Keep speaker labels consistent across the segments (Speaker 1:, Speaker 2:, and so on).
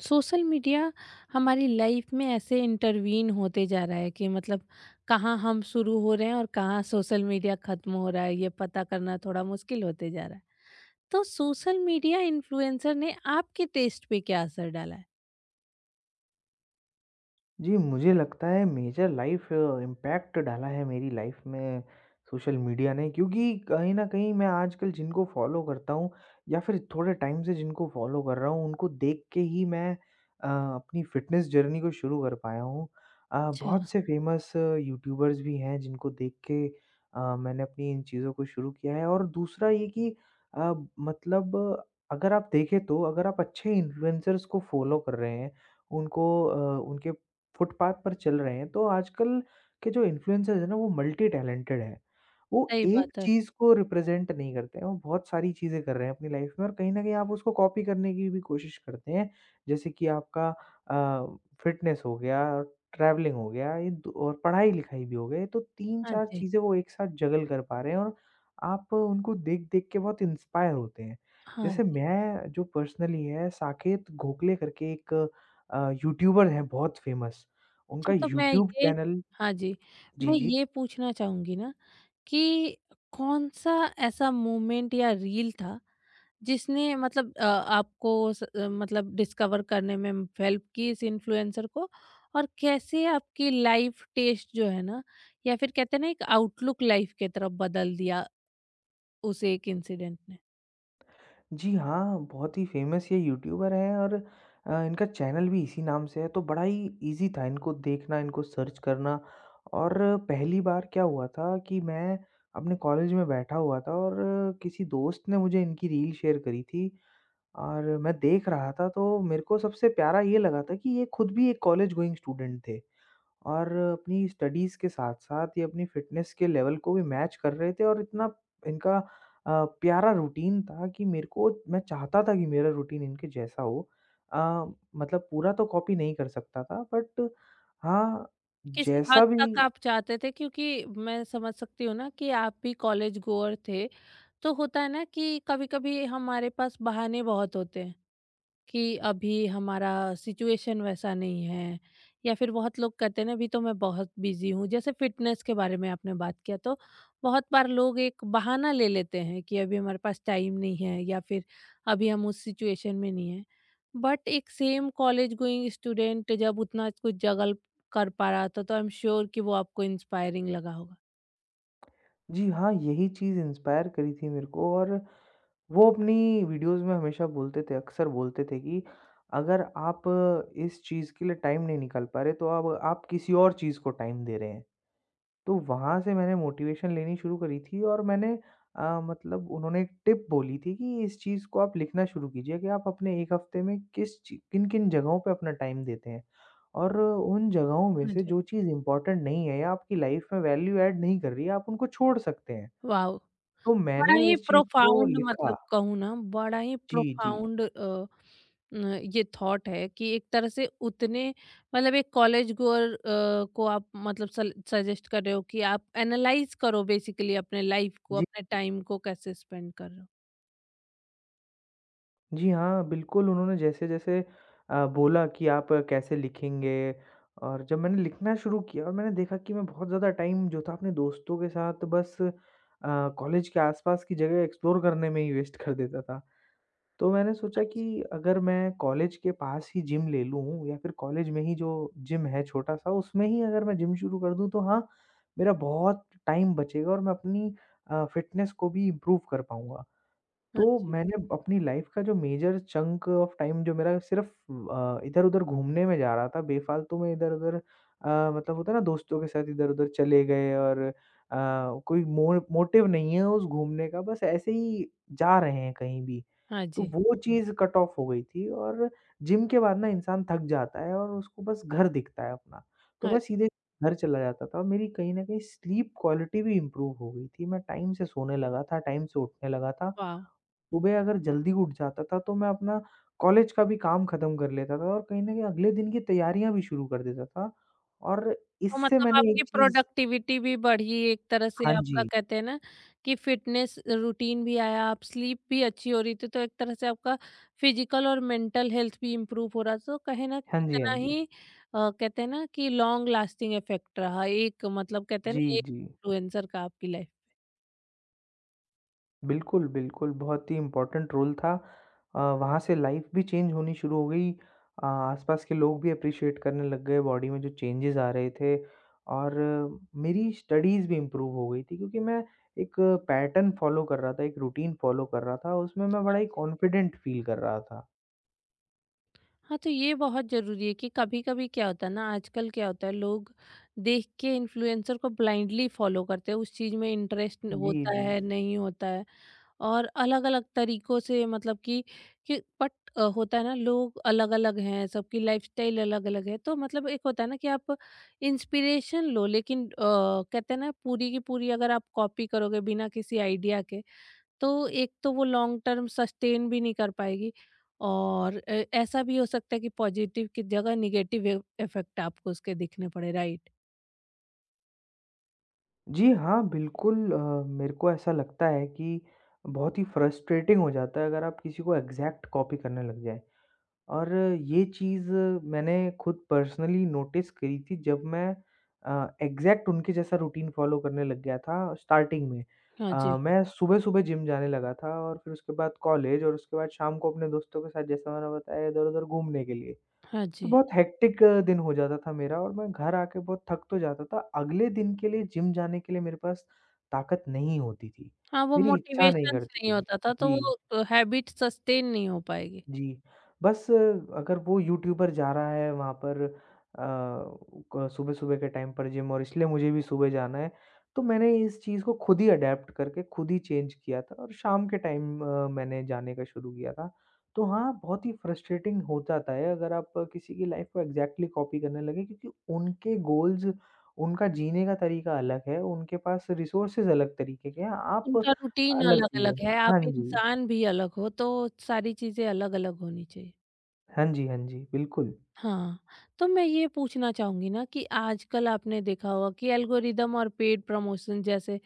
Speaker 1: Social media हमारी life में ऐसे इंटरवीन होते जा रहा है कि मतलब कहाँ हम शुरू हो रहे हैं और कहाँ सोशल मीडिया खत्म हो रहा है ये पता करना थोड़ा मुश्किल होते जा रहा है। तो सोशल मीडिया इन्फ्लुएंसर ने आपके टेस्ट पे क्या असर डाला है?
Speaker 2: जी, मुझे लगता है मेजर लाइफ़ इम्पैक्ट डाला है मेरी लाइफ़ में सोशल मीडिया ने क्योंकि कहीं न कहीं मैं आजकल जिनको फ़ॉलो करता हूँ या फिर थोड़े टाइम से जिनको फ़ॉलो कर रहा हूँ, उनको देख के ही मैं अपनी फ़िटनेस जर्नी को शुरू कर पाया हूँ।
Speaker 1: अच्छा।
Speaker 2: बहुत से फ़ेमस यूट्यूबर्स भी हैं जिनको देख के मैंने अपनी इन चीज़ों को शुरू किया है और दूसरा ये कि अ, मतलब अगर आप देखें तो अगर आप अच्छे इन्फ्लुएंसर्स को फ़ॉलो कर रहे हैं, उनको उनके फुटपाथ पर चल रहे हैं, तो आजकल के जो इन्फ्लुएंसर्स हैं ना वो मल्टी टैलेंटेड हैं। वो
Speaker 1: सही
Speaker 2: एक
Speaker 1: बात है।
Speaker 2: चीज़ को रिप्रेज़ेंट नहीं करते हैं, वो बहुत सारी चीज़ें कर रहे हैं अपनी लाइफ़ में और कहीं न कहीं आप उसको कॉपी करने की भी कोशिश करते हैं। जैसे कि आपका अ, फिटनेस हो गया, ट्रैवलिंग हो गया ये दो और पढ़ाई-लिखाई भी हो गई, तो
Speaker 1: हाँ
Speaker 2: 3-4
Speaker 1: जी।
Speaker 2: चीज़ें वो एक साथ जगल कर पा रहे हैं और आप उनको देख-देख के बहुत इंस्पायर होते हैं।
Speaker 1: हाँ
Speaker 2: जैसे
Speaker 1: जी।
Speaker 2: मैं जो पर्सनली है साकेत गोखले करके एक यूट्यूबर हैं बहुत फ़ेमस, उनका
Speaker 1: अच्छा तो मैं
Speaker 2: यूट्यूब
Speaker 1: ये
Speaker 2: चैनल।
Speaker 1: हाँ जी।
Speaker 2: जी,
Speaker 1: मैं
Speaker 2: जी।
Speaker 1: ये पूछना चाहूंगी ना कि कौन सा ऐसा मोमेंट या रील था जिसने मतलब आपको मतलब डिस्कवर करने में हेल्प की इस इन्फ्लुएंसर को, और कैसे आपकी लाइफ टेस्ट जो है ना या फिर कहते हैं ना एक आउटलुक लाइफ की तरफ बदल दिया उस एक इंसिडेंट ने?
Speaker 2: जी हाँ, बहुत ही फ़ेमस ये यूट्यूबर हैं और इनका चैनल भी इसी नाम से है, तो बड़ा ही ईज़ी था इनको देखना, इनको सर्च करना और पहली बार क्या हुआ था कि मैं अपने कॉलेज में बैठा हुआ था और किसी दोस्त ने मुझे इनकी रील शेयर करी थी और मैं देख रहा था, तो मेरे को सबसे प्यारा ये लगा था कि ये खुद भी एक कॉलेज गोइंग स्टूडेंट थे। और अपनी स्टडीज़ के साथ-साथ ये अपनी फ़िटनेस के लेवल को भी मैच कर रहे थे और इतना इनका प्यारा रूटीन था कि मेरे को मैं चाहता था कि मेरा रूटीन इनके जैसा हो। अ, मतलब पूरा तो कॉपी नहीं कर सकता था बट हाँ,
Speaker 1: किसी हद
Speaker 2: जैसा भी।
Speaker 1: तक आप चाहते थे क्योंकि मैं समझ सकती हूँ ना कि आप भी कॉलेज गोअर थे, तो होता है ना कि कभी-कभी हमारे पास बहाने बहुत होते हैं। कि अभी हमारा सिचुएशन वैसा नहीं है या फिर बहुत लोग कहते हैं ना अभी तो मैं बहुत बिजी हूँ। जैसे फिटनेस के बारे में आपने बात किया तो बहुत बार लोग एक बहाना ले लेते हैं कि अभी हमारे पास टाइम नहीं है या फिर अभी हम उस सिचुएशन में नहीं है। बट एक सेम कॉलेज गोइंग स्टूडेंट जब उतना कुछ जगल कर पा रहा था तो आई एम श्योर कि वो आपको इंस्पायरिंग लगा होगा।
Speaker 2: जी हाँ, यही चीज़ इंस्पायर करी थी मेरे को और वो अपनी वीडियोज़ में हमेशा बोलते थे, अक्सर बोलते थे कि अगर आप इस चीज़ के लिए टाइम नहीं निकाल पा रहे, तो अब आप किसी और चीज़ को टाइम दे रहे हैं। तो वहाँ से मैंने मोटिवेशन लेनी शुरू करी थी और मैंने मतलब उन्होंने एक टिप बोली थी कि इस चीज़ को आप लिखना शुरू कीजिए कि आप अपने 1 हफ्ते में किस ची किन-किन जगहों पे अपना टाइम देते हैं। और उन जगहों में
Speaker 1: हाँ
Speaker 2: से
Speaker 1: जी।
Speaker 2: जो चीज़ इम्पोर्टेंट नहीं है या आपकी लाइफ में वैल्यू ऐड नहीं कर रही है, आप उनको छोड़ सकते हैं।
Speaker 1: वाह।
Speaker 2: तो
Speaker 1: बड़ा
Speaker 2: मैंने
Speaker 1: ही
Speaker 2: इस चीज़ को
Speaker 1: प्रोफाउंड,
Speaker 2: लिखा।
Speaker 1: मतलब कहूँ ना बड़ा ही
Speaker 2: जी, जी।
Speaker 1: प्रोफाउंड अ, न, ये थॉट है कि एक तरह से उतने मतलब एक कॉलेज गोअर को आप मतलब सजेस्ट कर रहे हो कि आप एनालाइज करो बेसिकली अपने लाइफ को,
Speaker 2: जी।
Speaker 1: अपने टाइम को कैसे स्पेंड कर रहे हो।
Speaker 2: जी हाँ, बिल्कुल उन्होंने जैसे-जैसे बोला कि आप कैसे लिखेंगे और जब मैंने लिखना शुरू किया और मैंने देखा कि मैं बहुत ज़्यादा टाइम जो था अपने दोस्तों के साथ बस कॉलेज के आसपास की जगह एक्सप्लोर करने में ही वेस्ट कर देता था। तो मैंने
Speaker 1: हाँ
Speaker 2: सोचा
Speaker 1: जी।
Speaker 2: कि अगर मैं कॉलेज के पास ही जिम ले लूँ या फिर कॉलेज में ही जो जिम है छोटा-सा उसमें ही अगर मैं जिम शुरू कर दूँ तो हाँ, मेरा बहुत टाइम बचेगा और मैं अपनी फ़िटनेस को भी इम्प्रूव कर पाऊँगा।
Speaker 1: हाँ हाँ
Speaker 2: तो
Speaker 1: जी।
Speaker 2: मैंने अपनी लाइफ का जो मेजर चंक ऑफ टाइम जो मेरा सिर्फ़ इधर-उधर घूमने में जा रहा था, बेफ़ालतू में इधर-उधर अ, मतलब होता है ना दोस्तों के साथ इधर-उधर चले गए और कोई मोर मोटिव नहीं है उस घूमने का, बस ऐसे ही जा रहे हैं कहीं भी।
Speaker 1: हाँ
Speaker 2: तो
Speaker 1: जी।
Speaker 2: वो चीज़ कट ऑफ हो गई थी और जिम के बाद ना इंसान थक जाता है और उसको बस घर दिखता है अपना। तो
Speaker 1: हाँ
Speaker 2: मैं
Speaker 1: जी।
Speaker 2: सीधे घर चला जाता था और मेरी कहीं न कहीं स्लीप क्वालिटी भी इम्प्रूव हो गई थी। मैं टाइम से सोने लगा था, टाइम से उठने लगा था।
Speaker 1: वाह।
Speaker 2: सुबह अगर जल्दी उठ जाता था तो मैं अपना कॉलेज का भी काम खत्म कर लेता था और कहीं न कहीं अगले दिन की तैयारियाँ भी शुरू कर देता था और
Speaker 1: तो
Speaker 2: इससे
Speaker 1: मतलब
Speaker 2: मैंने
Speaker 1: आपकी
Speaker 2: एक चीज़।
Speaker 1: प्रोडक्टिविटी भी बढ़ी एक तरह से,
Speaker 2: हाँ
Speaker 1: आपका
Speaker 2: जी।
Speaker 1: कहते हैं ना कि फिटनेस रूटीन भी आया, आप स्लीप भी अच्छी हो रही थी, तो एक तरह से आपका फिजिकल और मेंटल हेल्थ भी इम्प्रूव हो रहा। तो कहे ना
Speaker 2: हाँ जी, हाँ
Speaker 1: कितना
Speaker 2: जी।
Speaker 1: ही कहते हैं ना कि लॉन्ग लास्टिंग इफेक्ट रहा एक, मतलब कहते हैं
Speaker 2: जी,
Speaker 1: ना एक
Speaker 2: जी।
Speaker 1: इन्फ्लुएंसर का आपकी लाइफ।
Speaker 2: बिल्कुल, बिल्कुल, बहुत ही इम्पोर्टेंट रोल था। वहाँ से लाइफ़ भी चेंज होनी शुरू हो गई। आसपास के लोग भी एप्रिशिएट करने लग गए बॉडी में जो चेंजेज़ आ रहे थे और मेरी स्टडीज़ भी इम्प्रूव हो गई थी क्योंकि मैं एक पैटर्न फ़ॉलो कर रहा था, एक रूटीन फ़ॉलो कर रहा था, उसमें मैं बड़ा
Speaker 1: हाँ
Speaker 2: ही
Speaker 1: जी।
Speaker 2: कॉन्फिडेंट फ़ील कर रहा था।
Speaker 1: हाँ तो ये बहुत जरूरी है कि कभी कभी क्या होता है ना, आजकल क्या होता है लोग देख के इन्फ्लुएंसर को ब्लाइंडली फॉलो करते हैं, उस चीज में इंटरेस्ट
Speaker 2: जी,
Speaker 1: होता
Speaker 2: जी।
Speaker 1: है नहीं होता है और अलग-अलग तरीकों से, मतलब कि बट होता है ना लोग अलग-अलग हैं, सबकी लाइफस्टाइल अलग-अलग है, तो मतलब एक होता है ना कि आप इंस्पिरेशन लो लेकिन कहते हैं ना पूरी की पूरी अगर आप कॉपी करोगे बिना किसी आइडिया के, तो एक तो वो लॉन्ग टर्म सस्टेन भी नहीं कर पाएगी और ऐसा भी हो सकता है कि पॉजिटिव की जगह नेगेटिव ए इफेक्ट आपको उसके दिखने पड़े, राइट?
Speaker 2: जी हाँ, बिल्कुल। मेरे को ऐसा लगता है कि बहुत ही फ्रस्ट्रेटिंग हो जाता है अगर आप किसी को एग्ज़ैक्ट कॉपी करने लग जाएँ। और ये चीज़ मैंने खुद पर्सनली नोटिस करी थी जब मैं एग्ज़ैक्ट उनके जैसा रूटीन फ़ॉलो करने लग गया था स्टार्टिंग में।
Speaker 1: हाँ जी,
Speaker 2: मैं सुबह-सुबह जिम जाने लगा था और फिर उसके बाद कॉलेज और उसके बाद शाम को अपने दोस्तों के साथ जैसा मैंने बताया इधर-उधर घूमने के लिए।
Speaker 1: हाँ
Speaker 2: तो
Speaker 1: जी।
Speaker 2: बहुत हेक्टिक दिन हो जाता था मेरा और मैं घर आके बहुत थक तो जाता था। अगले दिन के लिए जिम जाने के लिए मेरे पास ताकत नहीं होती थी।
Speaker 1: हाँ, वो
Speaker 2: मेरी इच्छा नहीं
Speaker 1: मोटिवेशंस
Speaker 2: करती
Speaker 1: नहीं
Speaker 2: थी।
Speaker 1: होता था, तो
Speaker 2: जी।
Speaker 1: वो हैबिट सस्टेन नहीं हो पाएगी।
Speaker 2: जी, बस अगर वो यूट्यूबर जा रहा है वहाँ पर अ, क सुबह-सुबह के टाइम पर जिम और इसलिए मुझे भी सुबह जाना है, तो मैंने इस चीज़ को खुद ही अडैप्ट करके खुद ही चेंज किया था और शाम के टाइम मैंने जाने का शुरू किया था। तो हाँ, बहुत ही फ्रस्ट्रेटिंग हो जाता है अगर आप किसी की लाइफ़ को एग्ज़ैक्टली कॉपी करने लगें क्योंकि उनके गोल्स, उनका जीने का तरीका अलग है, उनके पास रिसोर्सेज़ अलग तरीके के हैं, आप
Speaker 1: उनका रूटीन
Speaker 2: अलग चीज़ें।
Speaker 1: अलग-अलग है,
Speaker 2: हाँ
Speaker 1: आप
Speaker 2: जी।
Speaker 1: इंसान भी अलग हो, तो सारी चीज़ें अलग-अलग होनी चाहिए।
Speaker 2: हाँ जी, हाँ जी, बिल्कुल।
Speaker 1: हाँ, तो मैं ये पूछना चाहूँगी ना कि आजकल आपने देखा होगा कि एल्गोरिदम और पेड प्रमोशन जैसे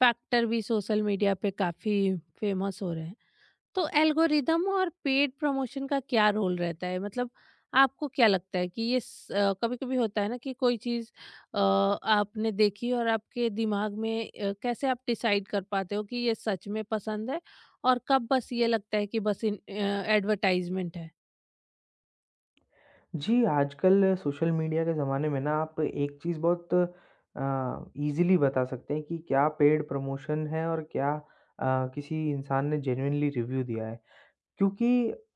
Speaker 1: फैक्टर भी सोशल मीडिया पे काफ़ी फेमस हो रहे हैं। तो एल्गोरिदम और पेड प्रमोशन का क्या रोल रहता है, मतलब आपको क्या लगता है कि ये कभी कभी होता है ना कि कोई चीज आपने देखी, और आपके दिमाग में कैसे आप डिसाइड कर पाते हो कि ये सच में पसंद है और कब बस ये लगता है कि बस एडवर्टाइजमेंट है?
Speaker 2: जी, आजकल सोशल मीडिया के ज़माने में ना आप एक चीज़ बहुत ईज़िली बता सकते हैं कि क्या पेड प्रमोशन है और क्या किसी इंसान ने जेन्युइनली रिव्यू दिया है। क्योंकि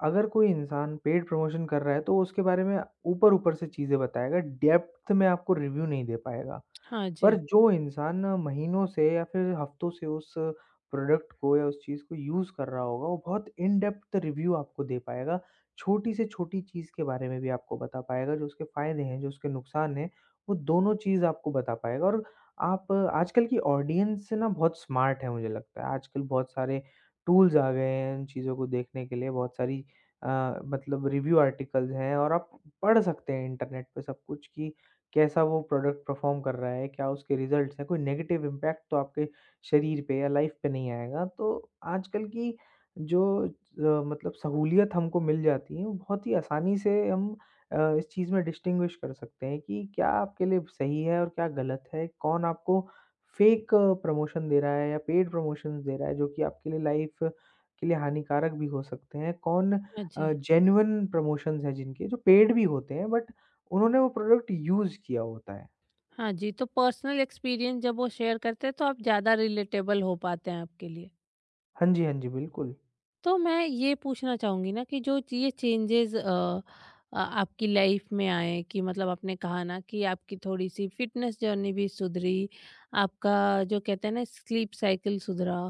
Speaker 2: अगर कोई इंसान पेड प्रमोशन कर रहा है तो उसके बारे में ऊपर-ऊपर से चीज़ें बताएगा, डेप्थ में आपको रिव्यू नहीं दे पाएगा।
Speaker 1: हाँ
Speaker 2: पर
Speaker 1: जी।
Speaker 2: जो इंसान महीनों से या फिर हफ्तों से उस प्रोडक्ट को या उस चीज़ को यूज़ कर रहा होगा, वो बहुत इन डेप्थ रिव्यू आपको दे पाएगा। छोटी से छोटी चीज़ के बारे में भी आपको बता पाएगा, जो उसके फ़ायदे हैं, जो उसके नुकसान हैं, वो दोनों चीज़ आपको बता पाएगा और आप आजकल की ऑडियंस ना बहुत स्मार्ट है मुझे लगता है। आजकल बहुत सारे टूल्स आ गए हैं इन चीज़ों को देखने के लिए, बहुत सारी अ, रिव्यू आर्टिकल्स हैं और आप पढ़ सकते हैं इंटरनेट पे सब कुछ कि कैसा वो प्रोडक्ट परफॉर्म कर रहा है, क्या उसके रिज़ल्ट्स हैं, कोई नेगेटिव इम्पैक्ट तो आपके शरीर पे या लाइफ़ पे नहीं आएगा। तो आजकल की जो सहूलियत हमको मिल जाती है, वो बहुत ही आसानी से हम इस चीज़ में डिस्टिंग्विश कर सकते हैं कि क्या आपके लिए सही है और क्या गलत है। कौन आपको फ़ेक प्रमोशन दे रहा है या पेड प्रमोशंस दे रहा है, जो कि आपके लिए लाइफ़ के लिए हानिकारक भी हो सकते हैं। कौन
Speaker 1: हाँ जी।
Speaker 2: जेन्युइन प्रमोशंस हैं जिनके, जो पेड भी होते हैं बट उन्होंने वो प्रोडक्ट यूज़ किया होता है।
Speaker 1: हाँ जी, तो पर्सनल एक्सपीरियंस जब वो शेयर करते हैं तो आप ज्यादा रिलेटेबल हो पाते हैं आपके लिए।
Speaker 2: हाँ जी, हाँ जी, बिल्कुल।
Speaker 1: तो मैं ये पूछना चाहूँगी ना कि ये चेंजेस आपकी लाइफ में आए कि मतलब आपने कहा ना कि आपकी थोड़ी सी फिटनेस जर्नी भी सुधरी, आपका जो कहते हैं ना स्लीप साइकिल सुधरा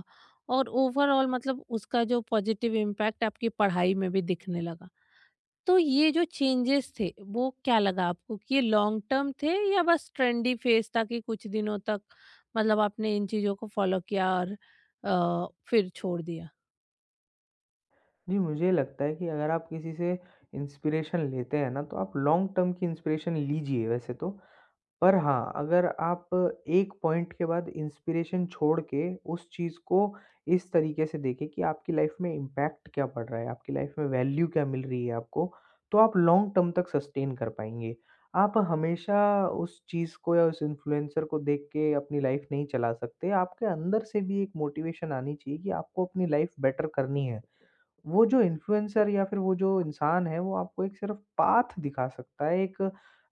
Speaker 1: और ओवरऑल मतलब उसका जो पॉजिटिव इम्पैक्ट आपकी पढ़ाई में भी दिखने लगा, तो ये जो चेंजेस थे वो क्या लगा आपको कि ये लॉन्ग टर्म थे या बस ट्रेंडी फेज था कि कुछ दिनों तक मतलब आपने इन चीज़ों को फॉलो किया और फिर छोड़ दिया?
Speaker 2: जी, मुझे लगता है कि अगर आप किसी से इंस्पिरेशन लेते हैं ना, तो आप लॉन्ग टर्म की इंस्पिरेशन लीजिए वैसे तो पर हाँ, अगर आप एक पॉइंट के बाद इंस्पिरेशन छोड़ के उस चीज़ को इस तरीके से देखें कि आपकी लाइफ में इम्पैक्ट क्या पड़ रहा है, आपकी लाइफ में वैल्यू क्या मिल रही है आपको, तो आप लॉन्ग टर्म तक सस्टेन कर पाएँगे। आप हमेशा उस चीज़ को या उस इन्फ्लुएंसर को देख के अपनी लाइफ नहीं चला सकते। आपके अंदर से भी एक मोटिवेशन आनी चाहिए कि आपको अपनी लाइफ बेटर करनी है। वो जो इन्फ्लुएंसर या फिर वो जो इंसान है, वो आपको एक सिर्फ़ पाथ दिखा सकता है, एक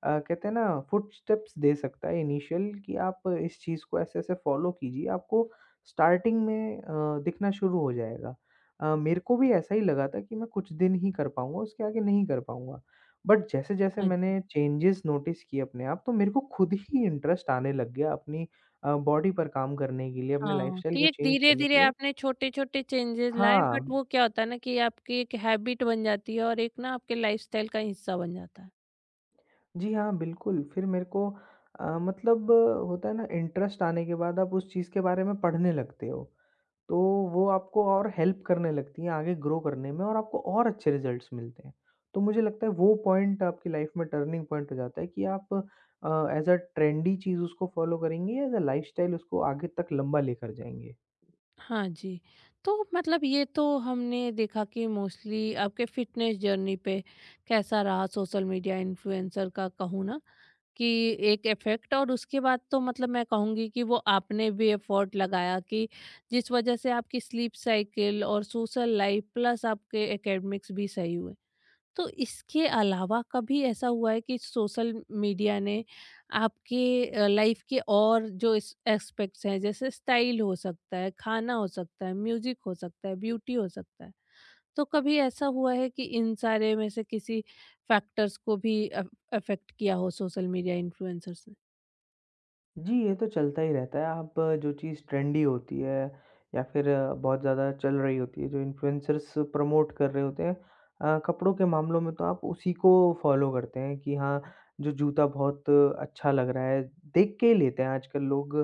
Speaker 2: कहते हैं ना फुटस्टेप्स दे सकता है इनिशियल कि आप इस चीज़ को ऐसे-ऐसे फ़ॉलो कीजिए, आपको स्टार्टिंग में दिखना शुरू हो जाएगा। मेरे को भी ऐसा ही लगा था कि मैं कुछ दिन ही कर पाऊँगा, उसके आगे नहीं कर पाऊँगा। बट जैसे-जैसे
Speaker 1: हाँ जी।
Speaker 2: मैंने चेंजेस नोटिस किए अपने आप, तो मेरे को खुद ही इंटरेस्ट आने लग गया अपनी बॉडी पर काम करने के लिए, अपने
Speaker 1: हाँ,
Speaker 2: लाइफ़स्टाइल को
Speaker 1: कि एक
Speaker 2: चेंज करने
Speaker 1: धीरे-धीरे
Speaker 2: के लिए।
Speaker 1: आपने छोटे-छोटे चेंजेस लाए बट
Speaker 2: हाँ।
Speaker 1: वो क्या होता है ना कि आपकी एक हैबिट बन जाती है और एक ना आपके लाइफस्टाइल का हिस्सा बन जाता है।
Speaker 2: जी हाँ, बिल्कुल। फिर मेरे को अ, मतलब होता है ना इंटरेस्ट आने के बाद आप उस चीज़ के बारे में पढ़ने लगते हो। तो वो आपको और हेल्प करने लगती है आगे ग्रो करने में और आपको और अच्छे रिज़ल्ट्स मिलते हैं। तो मुझे लगता है वो पॉइंट आपकी लाइफ़ में टर्निंग पॉइंट हो जाता है कि आप एज़ अ ट्रेंडी चीज़ उसको फ़ॉलो करेंगे, एज़ अ लाइफ़स्टाइल उसको आगे तक लंबा लेकर जाएँगे।
Speaker 1: हाँ जी, तो मतलब ये तो हमने देखा कि मोस्टली आपके फिटनेस जर्नी पे कैसा रहा सोशल मीडिया इन्फ्लुएंसर का, कहूँ ना कि एक इफ़ेक्ट। और उसके बाद तो मतलब मैं कहूँगी कि वो आपने भी एफ़र्ट लगाया कि जिस वजह से आपकी स्लीप साइकिल और सोशल लाइफ़ प्लस आपके एकेडमिक्स भी सही हुए। तो इसके अलावा कभी ऐसा हुआ है कि सोशल मीडिया ने आपके लाइफ के और जो एस्पेक्ट्स हैं जैसे स्टाइल हो सकता है, खाना हो सकता है, म्यूजिक हो सकता है, ब्यूटी हो सकता है, तो कभी ऐसा हुआ है कि इन सारे में से किसी फैक्टर्स को भी अफेक्ट किया हो सोशल मीडिया इन्फ्लुएंसर्स ने?
Speaker 2: जी, ये तो चलता ही रहता है। आप जो चीज़ ट्रेंडी होती है या फिर बहुत ज़्यादा चल रही होती है, जो इन्फ्लुएंसर्स प्रमोट कर रहे होते हैं कपड़ों के मामलों में तो आप उसी को फ़ॉलो करते हैं कि हाँ, जो जूता बहुत अच्छा लग रहा है, देख के ही लेते हैं आजकल लोग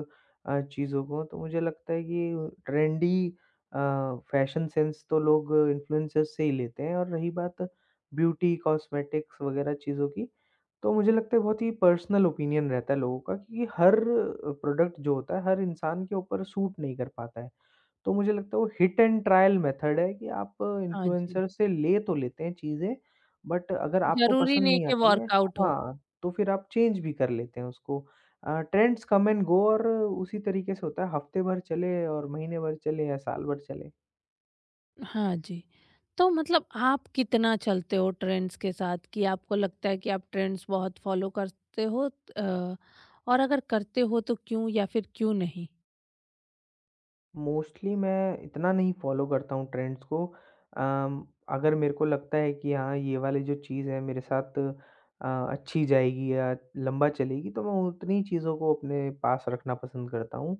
Speaker 2: चीज़ों को। तो मुझे लगता है कि ट्रेंडी अ, फ़ैशन सेंस तो लोग इन्फ्लुएंसर्स से ही लेते हैं और रही बात ब्यूटी, कॉस्मेटिक्स वगैरह चीज़ों की, तो मुझे लगता है बहुत ही पर्सनल ओपिनियन रहता है लोगों का कि हर प्रोडक्ट जो होता है हर इंसान के ऊपर सूट नहीं कर पाता है। तो मुझे लगता है वो हिट एंड ट्रायल मेथड है कि आप
Speaker 1: हाँ जी।
Speaker 2: इन्फ्लुएंसर से ले तो लेते हैं चीज़ें, बट अगर आपको
Speaker 1: जरूरी
Speaker 2: पसंद
Speaker 1: नहीं
Speaker 2: नहीं
Speaker 1: कि
Speaker 2: आती है
Speaker 1: वर्कआउट हो।
Speaker 2: हाँ, तो फिर आप चेंज भी कर लेते हैं उसको। ट्रेंड्स कम एंड गो और उसी तरीके से होता है हफ्ते भर चले और महीने भर चले या साल भर चले।
Speaker 1: हाँ जी। तो मतलब आप कितना चलते हो ट्रेंड्स के साथ, कि आपको लगता है कि आप ट्रेंड्स बहुत फॉलो करते हो अ, और अगर करते हो तो क्यों या फिर क्यों नहीं?
Speaker 2: मोस्टली मैं इतना नहीं फ़ॉलो करता हूँ ट्रेंड्स को। अम, अगर मेरे को लगता है कि हाँ, ये वाली जो चीज़ है मेरे साथ अच्छी जाएगी या लंबा चलेगी तो मैं उतनी चीज़ों को अपने पास रखना पसंद करता हूँ।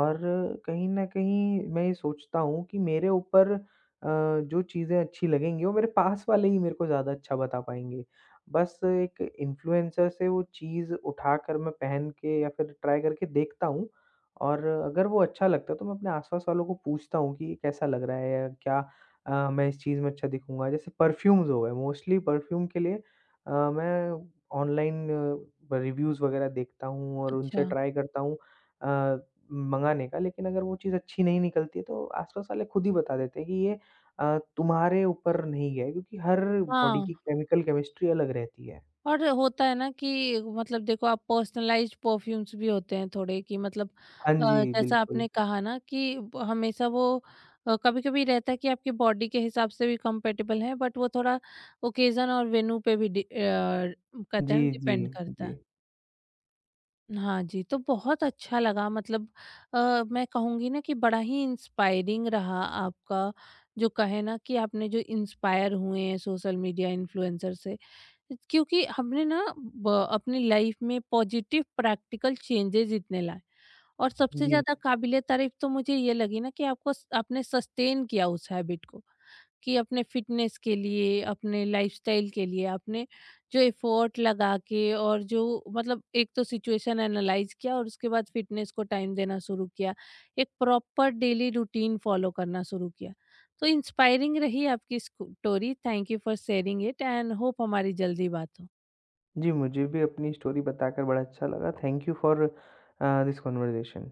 Speaker 2: और कहीं न कहीं मैं ये सोचता हूँ कि मेरे ऊपर जो चीज़ें अच्छी लगेंगी वो मेरे पास वाले ही मेरे को ज़्यादा अच्छा बता पाएँगे। बस एक इन्फ्लुएंसर से वो चीज़ उठाकर मैं पहन के या फिर ट्राई करके देखता हूँ और अगर वो अच्छा लगता है तो मैं अपने आस-पास वालों को पूछता हूँ कि ये कैसा लग रहा है या क्या मैं इस चीज़ में अच्छा दिखूँगा? जैसे परफ्यूम्स हो गए, मोस्टली परफ्यूम के लिए मैं ऑनलाइन ब रिव्यूज़ वगैरह देखता हूँ और उनसे
Speaker 1: अच्छा।
Speaker 2: ट्राई करता हूँ अ, मँगाने का। लेकिन अगर वो चीज़ अच्छी नहीं निकलती है तो आस-पास वाले खुद ही बता देते हैं कि ये तुम्हारे ऊपर नहीं गया है क्योंकि हर बॉडी
Speaker 1: हाँ,
Speaker 2: की केमिकल केमिस्ट्री अलग रहती है।
Speaker 1: और होता है ना कि मतलब देखो आप पर्सनलाइज़्ड परफ्यूम्स भी होते हैं थोड़े कि मतलब
Speaker 2: हाँ जी,
Speaker 1: जैसा
Speaker 2: बिल्कुल।
Speaker 1: आपने कहा ना कि ब हमेशा वो कभी-कभी रहता है कि आपकी बॉडी के हिसाब से भी कंपैटिबल है, बट वो थोड़ा ओकेज़न और वेन्यू पे भी कहते
Speaker 2: जी,
Speaker 1: हैं ना
Speaker 2: जी,
Speaker 1: डिपेंड करता है।
Speaker 2: जी।
Speaker 1: हाँ जी, तो बहुत अच्छा लगा मतलब अ, मैं कहूँगी ना कि बड़ा ही इंस्पायरिंग रहा आपका, जो कहे ना कि आपने जो इंस्पायर हुए हैं सोशल मीडिया इन्फ्लुएंसर से। क्योंकि हमने ना ब अपनी लाइफ में पॉजिटिव प्रैक्टिकल चेंजेज़ इतने लाए और सबसे
Speaker 2: जी।
Speaker 1: ज़्यादा काबिले तारीफ़ तो मुझे ये लगी ना कि आपको स आपने सस्टेन किया उस हैबिट को। कि अपने फिटनेस के लिए, अपने लाइफस्टाइल के लिए आपने जो एफर्ट लगा के और जो मतलब एक तो सिचुएशन एनालाइज किया और उसके बाद फिटनेस को टाइम देना शुरू किया, एक प्रॉपर डेली रूटीन फॉलो करना शुरू किया। तो इंस्पायरिंग रही आपकी story. Thank you for sharing it and hope हमारी जल्दी बात हो।
Speaker 2: जी, मुझे भी अपनी स्टोरी बताकर बड़ा अच्छा लगा। Thank you for this conversation.